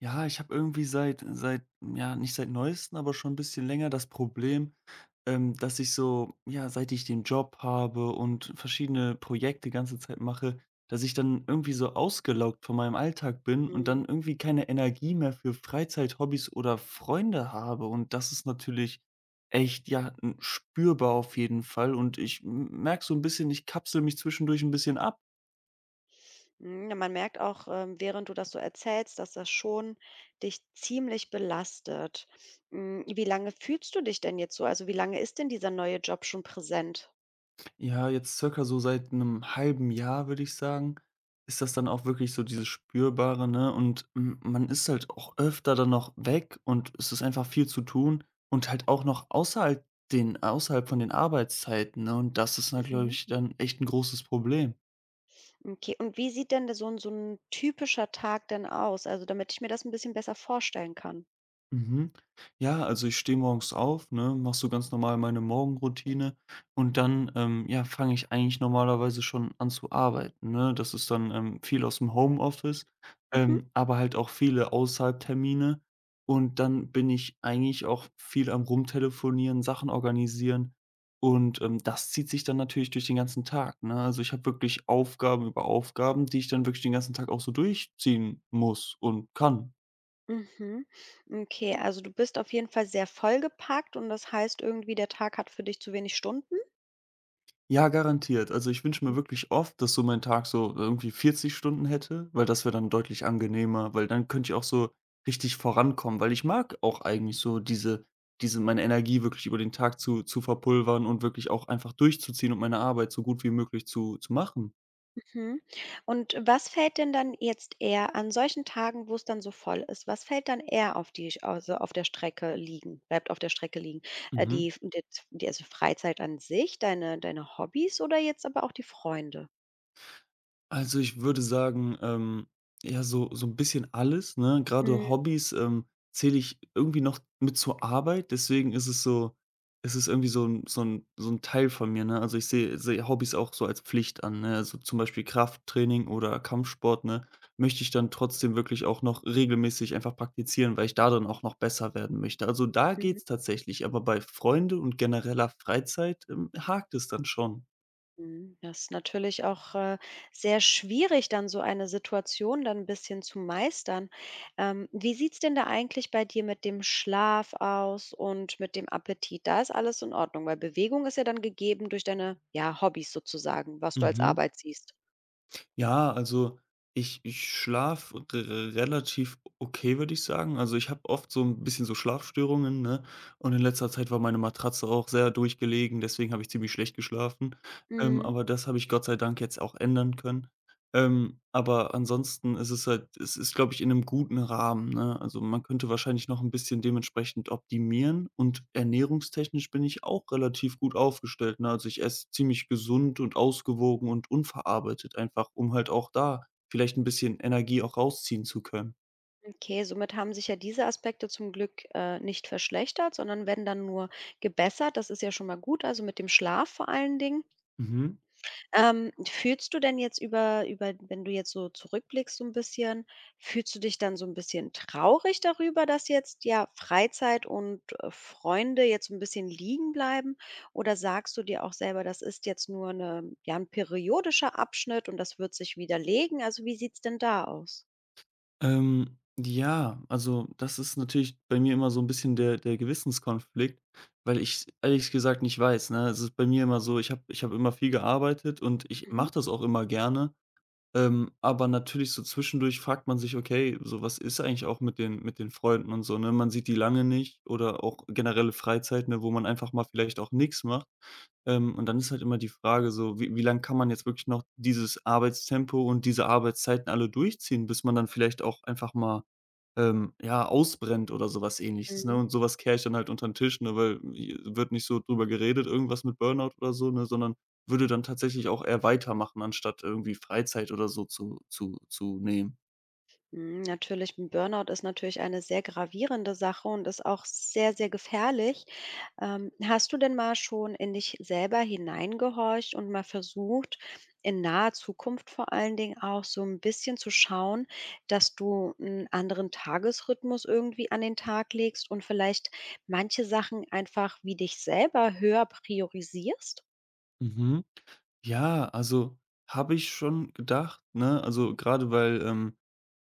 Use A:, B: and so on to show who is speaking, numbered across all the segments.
A: Ja, ich habe irgendwie seit ja, nicht seit neuesten, aber schon 'n bisschen länger das Problem, dass ich so ja, seit ich den Job habe und verschiedene Projekte ganze Zeit mache, dass ich dann irgendwie so ausgelaugt von meinem Alltag bin und
B: Mhm.
A: dann irgendwie keine Energie mehr für Freizeit, Hobbys oder Freunde habe. Und das ist natürlich echt, ja, n spürbar auf jeden Fall. Und ich m merke so ein bisschen, ich kapsele mich zwischendurch ein bisschen ab.
B: Hm, ja, man merkt auch, während du das so erzählst, dass das schon dich ziemlich belastet. Hm, wie lange fühlst du dich denn jetzt so? Also, wie lange ist denn dieser neue Job schon präsent?
A: Ja, jetzt circa so seit einem halben Jahr, würde ich sagen, ist das dann auch wirklich so dieses Spürbare, ne? Und m man ist halt auch öfter dann noch weg und es ist einfach viel zu tun und halt auch noch außerhalb den außerhalb von den Arbeitszeiten, ne? Und das ist dann, glaube
B: Mhm.
A: ich, dann echt ein großes Problem.
B: Okay, und wie sieht denn so ein so 'n typischer Tag denn aus? Also, damit ich mir das ein bisschen besser vorstellen kann.
A: Mhm. Ja, also ich stehe morgens auf, ne, mache so ganz normal meine Morgenroutine und dann, ja, fange ich eigentlich normalerweise schon an zu arbeiten, ne? Das ist dann, viel aus dem Homeoffice,
B: Mhm.
A: aber halt auch viele außerhalb-Termine, und dann bin ich eigentlich auch viel am Rumtelefonieren, Sachen organisieren, und, das zieht sich dann natürlich durch den ganzen Tag, ne? Also, ich habe wirklich Aufgaben über Aufgaben, die ich dann wirklich den ganzen Tag auch so durchziehen muss und kann.
B: Mhm. Okay, also du bist auf jeden Fall sehr vollgepackt und das heißt irgendwie, der Tag hat für dich zu wenig Stunden?
A: Ja, garantiert. Also, ich wünsche mir
B: Mhm.
A: wirklich oft, dass so mein Tag so irgendwie 40 Stunden hätte, weil das wäre dann deutlich angenehmer, weil dann könnte ich auch so richtig vorankommen, weil ich mag auch eigentlich so diese meine Energie wirklich über den Tag zu verpulvern und wirklich auch einfach durchzuziehen und meine Arbeit so gut wie möglich zu machen.
B: Mhm. Und was fällt denn dann jetzt eher an solchen Tagen, wo es dann so voll ist, was fällt dann eher auf die, also, auf der Strecke liegen bleibt, auf der Strecke liegen? Äh,
A: Mhm.
B: die f die, also, Freizeit an sich, deine Hobbys oder jetzt aber auch die Freunde?
A: Also, ich würde sagen, ja, so ein bisschen alles, ne?
B: Mhm.
A: Gerade Hobbys, zähle ich irgendwie noch mit zur Arbeit, deswegen ist es so, es ist irgendwie so ein Teil von mir, ne? Also, ich sehe Hobbys auch so als Pflicht an, ne? Also, zum Beispiel Krafttraining oder Kampfsport, ne, möchte ich dann trotzdem wirklich auch noch regelmäßig einfach praktizieren, weil ich da dann auch noch besser werden möchte. Also, da geht's tatsächlich, aber bei Freunde und genereller Freizeit, hakt es dann schon.
B: Mhm. Das ist natürlich auch, sehr schwierig, dann so eine Situation dann 'n bisschen zu meistern. Wie sieht's denn da eigentlich bei dir mit dem Schlaf aus und mit dem Appetit? Da ist alles in Ordnung, weil Bewegung ist ja dann gegeben durch deine, ja, Hobbys sozusagen, was du als
A: Mhm.
B: Arbeit siehst.
A: Ja, also ich schlafe relativ okay, würde ich sagen. Also, ich habe oft so ein bisschen so Schlafstörungen, ne? Und in letzter Zeit war meine Matratze auch sehr durchgelegen, deswegen habe ich ziemlich schlecht geschlafen. Ähm,
B: Mhm.
A: aber das habe ich Gott sei Dank jetzt auch ändern können. Aber ansonsten ist es halt, es ist, glaube ich, in einem guten Rahmen, ne? Also, man könnte wahrscheinlich noch ein bisschen dementsprechend optimieren, und ernährungstechnisch bin ich auch relativ gut aufgestellt, ne? Also, ich esse ziemlich gesund und ausgewogen und unverarbeitet einfach, um halt auch da vielleicht ein bisschen Energie auch rausziehen zu können.
B: Okay, somit haben sich ja diese Aspekte zum Glück, nicht verschlechtert, sondern werden dann nur gebessert. Das ist ja schon mal gut, also mit dem Schlaf vor allen Dingen.
A: Mhm.
B: Fühlst du denn jetzt über wenn du jetzt so zurückblickst so ein bisschen, fühlst du dich dann so ein bisschen traurig darüber, dass jetzt, ja, Freizeit und, Freunde jetzt so ein bisschen liegen bleiben? Oder sagst du dir auch selber, das ist jetzt nur eine, ja, ein periodischer Abschnitt und das wird sich wieder legen? Also, wie sieht's denn da aus?
A: Ja, also das ist natürlich bei mir immer so ein bisschen der Gewissenskonflikt, weil ich ehrlich gesagt nicht weiß, ne? Es ist bei mir immer so, ich habe immer viel gearbeitet und ich
B: Mhm,
A: mache das auch immer gerne. Aber natürlich so zwischendurch fragt man sich: „Okay, so was ist eigentlich auch mit den Freunden und so“, ne? Man sieht die lange nicht, oder auch generelle Freizeiten, ne, wo man einfach mal vielleicht auch nichts macht. Und dann ist halt immer die Frage so, wie lange kann man jetzt wirklich noch dieses Arbeitstempo und diese Arbeitszeiten alle durchziehen, bis man dann vielleicht auch einfach mal ja, ausbrennt oder sowas Ähnliches, ne?
B: mhm.
A: Und sowas kehre ich dann halt unter den Tisch, ne, weil j wird nicht so drüber geredet, irgendwas mit Burnout oder so, ne, sondern würde dann tatsächlich auch eher weitermachen, anstatt irgendwie Freizeit oder so zu nehmen.
B: Hm, natürlich, 'n Burnout ist natürlich eine sehr gravierende Sache und ist auch sehr, sehr gefährlich. Hast du denn mal schon in dich selber hineingehorcht und mal versucht, in naher Zukunft vor allen Dingen auch so ein bisschen zu schauen, dass du einen anderen Tagesrhythmus irgendwie an den Tag legst und vielleicht manche Sachen einfach, wie dich selber, höher priorisierst?
A: Mhm. Ja, also habe ich schon gedacht, ne? Also, gerade weil,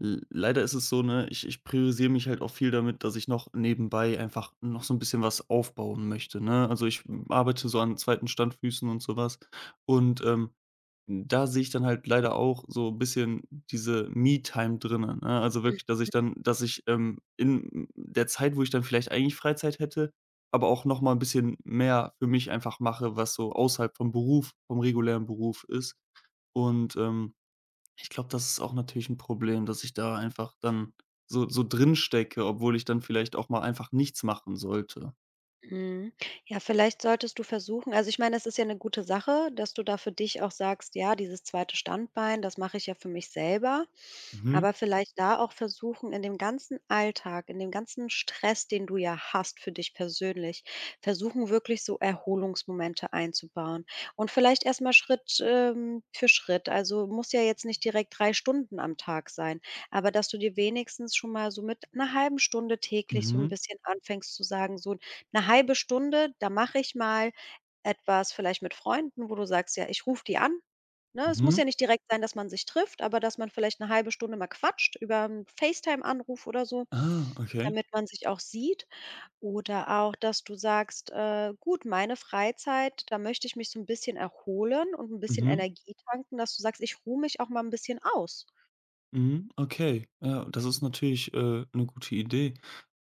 A: l leider ist es so, ne, ich priorisiere mich halt auch viel damit, dass ich noch nebenbei einfach noch so ein bisschen was aufbauen möchte, ne? Also, ich arbeite so an zweiten Standfüßen und sowas, und, da sehe ich dann halt leider auch so 'n bisschen diese Me-Time drinnen, ne? Also, wirklich, dass ich, in der Zeit, wo ich dann vielleicht eigentlich Freizeit hätte, aber auch noch mal 'n bisschen mehr für mich einfach mache, was so außerhalb vom Beruf, vom regulären Beruf ist. Und, ich glaube, das ist auch natürlich ein Problem, dass ich da einfach dann so drin stecke, obwohl ich dann vielleicht auch mal einfach nichts machen sollte.
B: Mhm. Ja, vielleicht solltest du versuchen, also, ich meine, das ist ja eine gute Sache, dass du da für dich auch sagst: „Ja, dieses zweite Standbein, das mache ich ja für mich selber.“
A: Mhm,
B: Aber vielleicht da auch versuchen, in dem ganzen Alltag, in dem ganzen Stress, den du ja hast für dich persönlich, versuchen, wirklich so Erholungsmomente einzubauen. Und vielleicht erst mal Schritt, für Schritt. Also, muss ja jetzt nicht direkt 3 Stunden am Tag sein, aber dass du dir wenigstens schon mal so mit einer halben Stunde täglich so ein
A: mhm,
B: bisschen anfängst zu sagen: „So, 'ne halbe Stunde, da mache ich mal etwas vielleicht mit Freunden“, wo du sagst: „Ja, ich rufe die an“, ne? Es muss
A: mhm.
B: ja nicht direkt sein, dass man sich trifft, aber dass man vielleicht eine halbe Stunde mal quatscht über einen FaceTime-Anruf oder so,
A: Ah, okay.
B: damit man sich auch sieht. Oder auch, dass du sagst: Gut, meine Freizeit, da möchte ich mich so ein bisschen erholen und ein bisschen
A: Mhm.
B: Energie tanken“, dass du sagst: „Ich ruhe mich auch mal ein bisschen aus.“
A: Mhm, okay. Ja, das ist natürlich, 'ne gute Idee.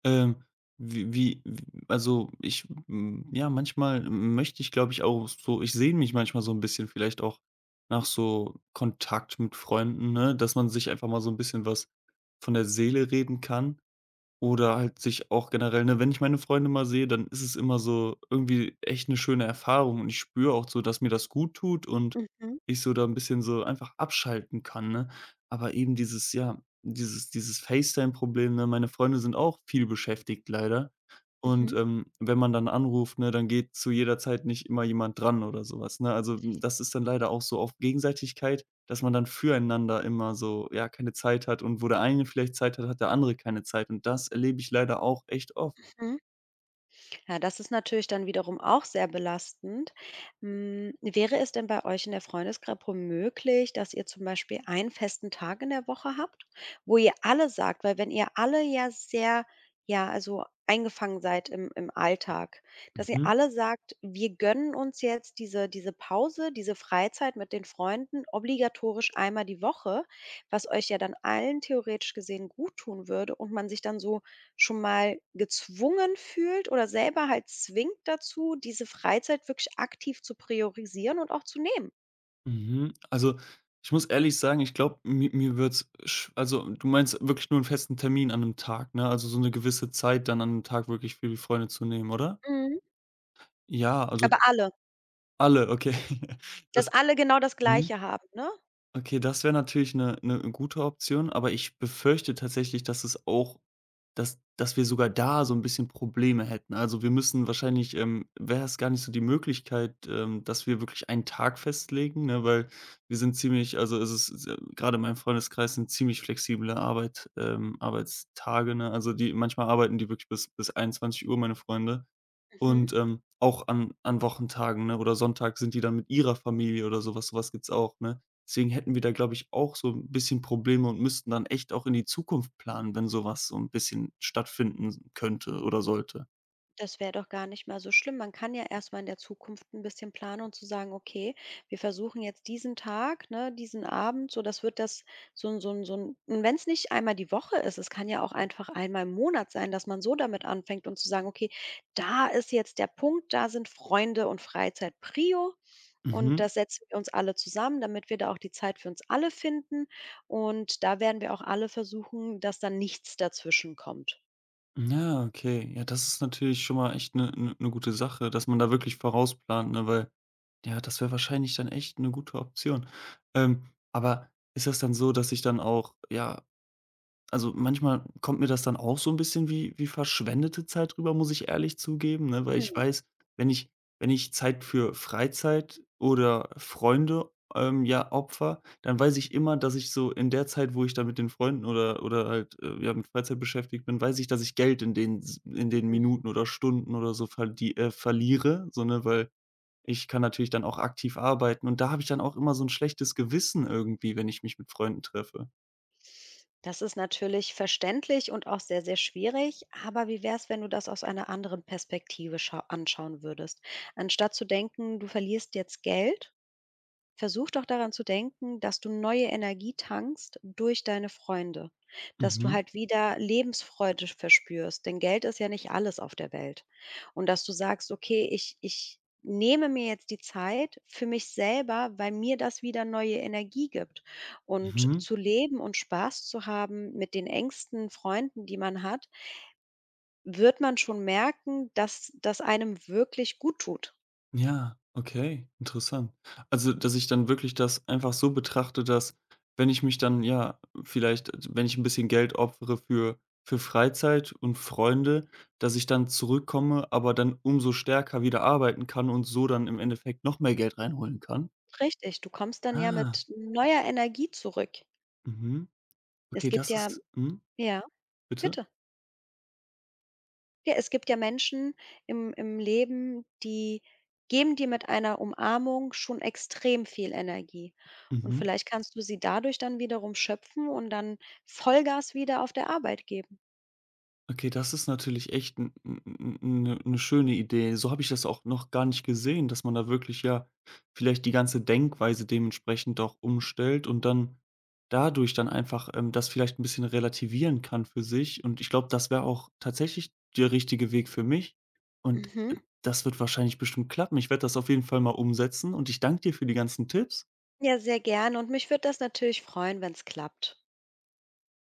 A: Ähm, wie wie w also, ich ja, manchmal möchte ich, glaube ich, auch so, ich sehne mich manchmal so ein bisschen vielleicht auch nach so Kontakt mit Freunden, ne, dass man sich einfach mal so ein bisschen was von der Seele reden kann. Oder halt sich auch generell, ne, wenn ich meine Freunde mal sehe, dann ist es immer so irgendwie echt 'ne schöne Erfahrung, und ich spüre auch so, dass mir das gut tut und
B: Mhm, mhm,
A: ich so da 'n bisschen so einfach abschalten kann, ne? Aber eben dieses, ja, dieses FaceTime-Problem, ne? Meine Freunde sind auch viel beschäftigt, leider, und,
B: mhm.
A: wenn man dann anruft, ne, dann geht zu jeder Zeit nicht immer jemand dran oder so was, ne? Also, das ist dann leider auch so auf Gegenseitigkeit, dass man dann füreinander immer so, ja, keine Zeit hat, und wo der eine vielleicht Zeit hat, hat der andere keine Zeit, und das erlebe ich leider auch echt oft.
B: Ja, das ist natürlich dann wiederum auch sehr belastend. Hm, wäre es denn bei euch in der Freundesgruppe möglich, dass ihr zum Beispiel einen festen Tag in der Woche habt, wo ihr alle sagt, weil wenn ihr alle ja sehr, ja, also eingefangen seid im Alltag, dass ihr
A: Mhm,
B: alle sagt: „Wir gönnen uns jetzt diese Pause, diese Freizeit mit den Freunden obligatorisch einmal die Woche“, was euch ja dann allen theoretisch gesehen gut tun würde und man sich dann so schon mal gezwungen fühlt oder selber halt zwingt dazu, diese Freizeit wirklich aktiv zu priorisieren und auch zu nehmen.
A: mhm. Also, ich muss ehrlich sagen, ich glaube, mi mir wird's sch also, du meinst wirklich nur 'n festen Termin an 'nem Tag, ne? Also, so 'ne gewisse Zeit dann an 'nem Tag wirklich für die Freunde zu nehmen, oder?
B: Mhm.
A: Ja, also
B: Aber alle,
A: alle, okay.
B: dass
A: Das
B: alle genau das
A: mhm.
B: Gleiche haben, ne?
A: Okay, das wäre natürlich eine 'ne 'ne gute Option, aber ich befürchte tatsächlich, dass es auch, dass wir sogar da so ein bisschen Probleme hätten. Also, wir müssen wahrscheinlich, wäre es gar nicht so die Möglichkeit, dass wir wirklich einen Tag festlegen, ne, weil wir sind ziemlich, also, es ist s grade in meinem Freundeskreis sind ziemlich flexible Arbeitstage, ne? Also, die manchmal arbeiten die wirklich bis einundzwanzig Uhr, meine Freunde.
B: Mhm.
A: Und, auch an Wochentagen, ne, oder Sonntag sind die dann mit ihrer Familie oder sowas. Sowas gibt's auch, ne? Deswegen hätten wir da, glaube ich, auch so ein bisschen Probleme und müssten dann echt auch in die Zukunft planen, wenn sowas so ein bisschen stattfinden könnte oder sollte.
B: Das wäre doch gar nicht mal so schlimm. Man kann ja erst mal in der Zukunft ein bisschen planen und zu sagen: „Okay, wir versuchen jetzt diesen Tag, ne, diesen Abend, so das wird das so ein. Und wenn es nicht einmal die Woche ist, es kann ja auch einfach einmal im Monat sein, dass man so damit anfängt und zu sagen: „Okay, da ist jetzt der Punkt, da sind Freunde und Freizeit Prio und
A: Mhm.
B: das setzen wir uns alle zusammen, damit wir da auch die Zeit für uns alle finden und da werden wir auch alle versuchen, dass dann nichts dazwischenkommt.“
A: Ja, okay. Ja, das ist natürlich schon mal echt eine 'ne 'ne 'ne gute Sache, dass man da wirklich vorausplant, ne, weil ja, das wäre wahrscheinlich dann echt eine gute Option. Ähm, aber ist das dann so, dass ich dann auch, ja, also manchmal kommt mir das dann auch so ein bisschen wie verschwendete Zeit rüber, muss ich ehrlich zugeben, ne? Weil ich weiß, wenn ich wenn ich Zeit für Freizeit oder Freunde, ja, opfere, dann weiß ich immer, dass ich so in der Zeit, wo ich da mit den Freunden oder halt, ja, mit Freizeit beschäftigt bin, weiß ich, dass ich Geld in den s in den
B: Mhm.
A: Minuten oder Stunden oder so verliere, so, ne? Weil ich kann natürlich dann auch aktiv arbeiten, und da habe ich dann auch immer so ein schlechtes Gewissen irgendwie, wenn ich mich mit Freunden treffe.
B: Das ist natürlich verständlich und auch sehr, sehr schwierig. Aber wie wäre es, wenn du das aus einer anderen Perspektive schau anschauen würdest? Anstatt zu denken, du verlierst jetzt Geld, versuch doch daran zu denken, dass du neue Energie tankst durch deine Freunde, dass du
A: Mhm,
B: halt wieder Lebensfreude verspürst, denn Geld ist ja nicht alles auf der Welt. Und dass du sagst, okay, ich nehme mir jetzt die Zeit für mich selber, weil mir das wieder neue Energie gibt. Und
A: mhm.
B: zu leben und Spaß zu haben mit den engsten Freunden, die man hat, wird man schon merken, dass das einem wirklich gut tut.
A: Ja, okay, interessant. Also, dass ich dann wirklich das einfach so betrachte, dass, wenn ich mich dann, ja, vielleicht, wenn ich ein bisschen Geld opfere für Freizeit und Freunde, dass ich dann zurückkomme, aber dann umso stärker wieder arbeiten kann und so dann im Endeffekt noch mehr Geld reinholen kann?
B: Richtig, du kommst dann ja
A: Ah,
B: mit neuer Energie zurück.
A: mhm.
B: Es
A: Okay,
B: gibt
A: das
B: ja,
A: ist mhm,
B: ja,
A: bitte?
B: bitte. Ja, es gibt ja Menschen im Leben, die geben dir mit einer Umarmung schon extrem viel Energie. Und
A: Mhm.
B: vielleicht kannst du sie dadurch dann wiederum schöpfen und dann Vollgas wieder auf der Arbeit geben.
A: Okay, das ist natürlich echt eine schöne Idee. So habe ich das auch noch gar nicht gesehen, dass man da wirklich, ja, vielleicht die ganze Denkweise dementsprechend auch umstellt und dann dadurch dann einfach, das vielleicht ein bisschen relativieren kann für sich. Und ich glaube, das wäre auch tatsächlich der richtige Weg für mich. Und,
B: Mhm.
A: das wird wahrscheinlich bestimmt klappen. Ich werde das auf jeden Fall mal umsetzen und ich danke dir für die ganzen Tipps.
B: Ja, sehr gerne und mich würde das natürlich freuen, wenn es klappt.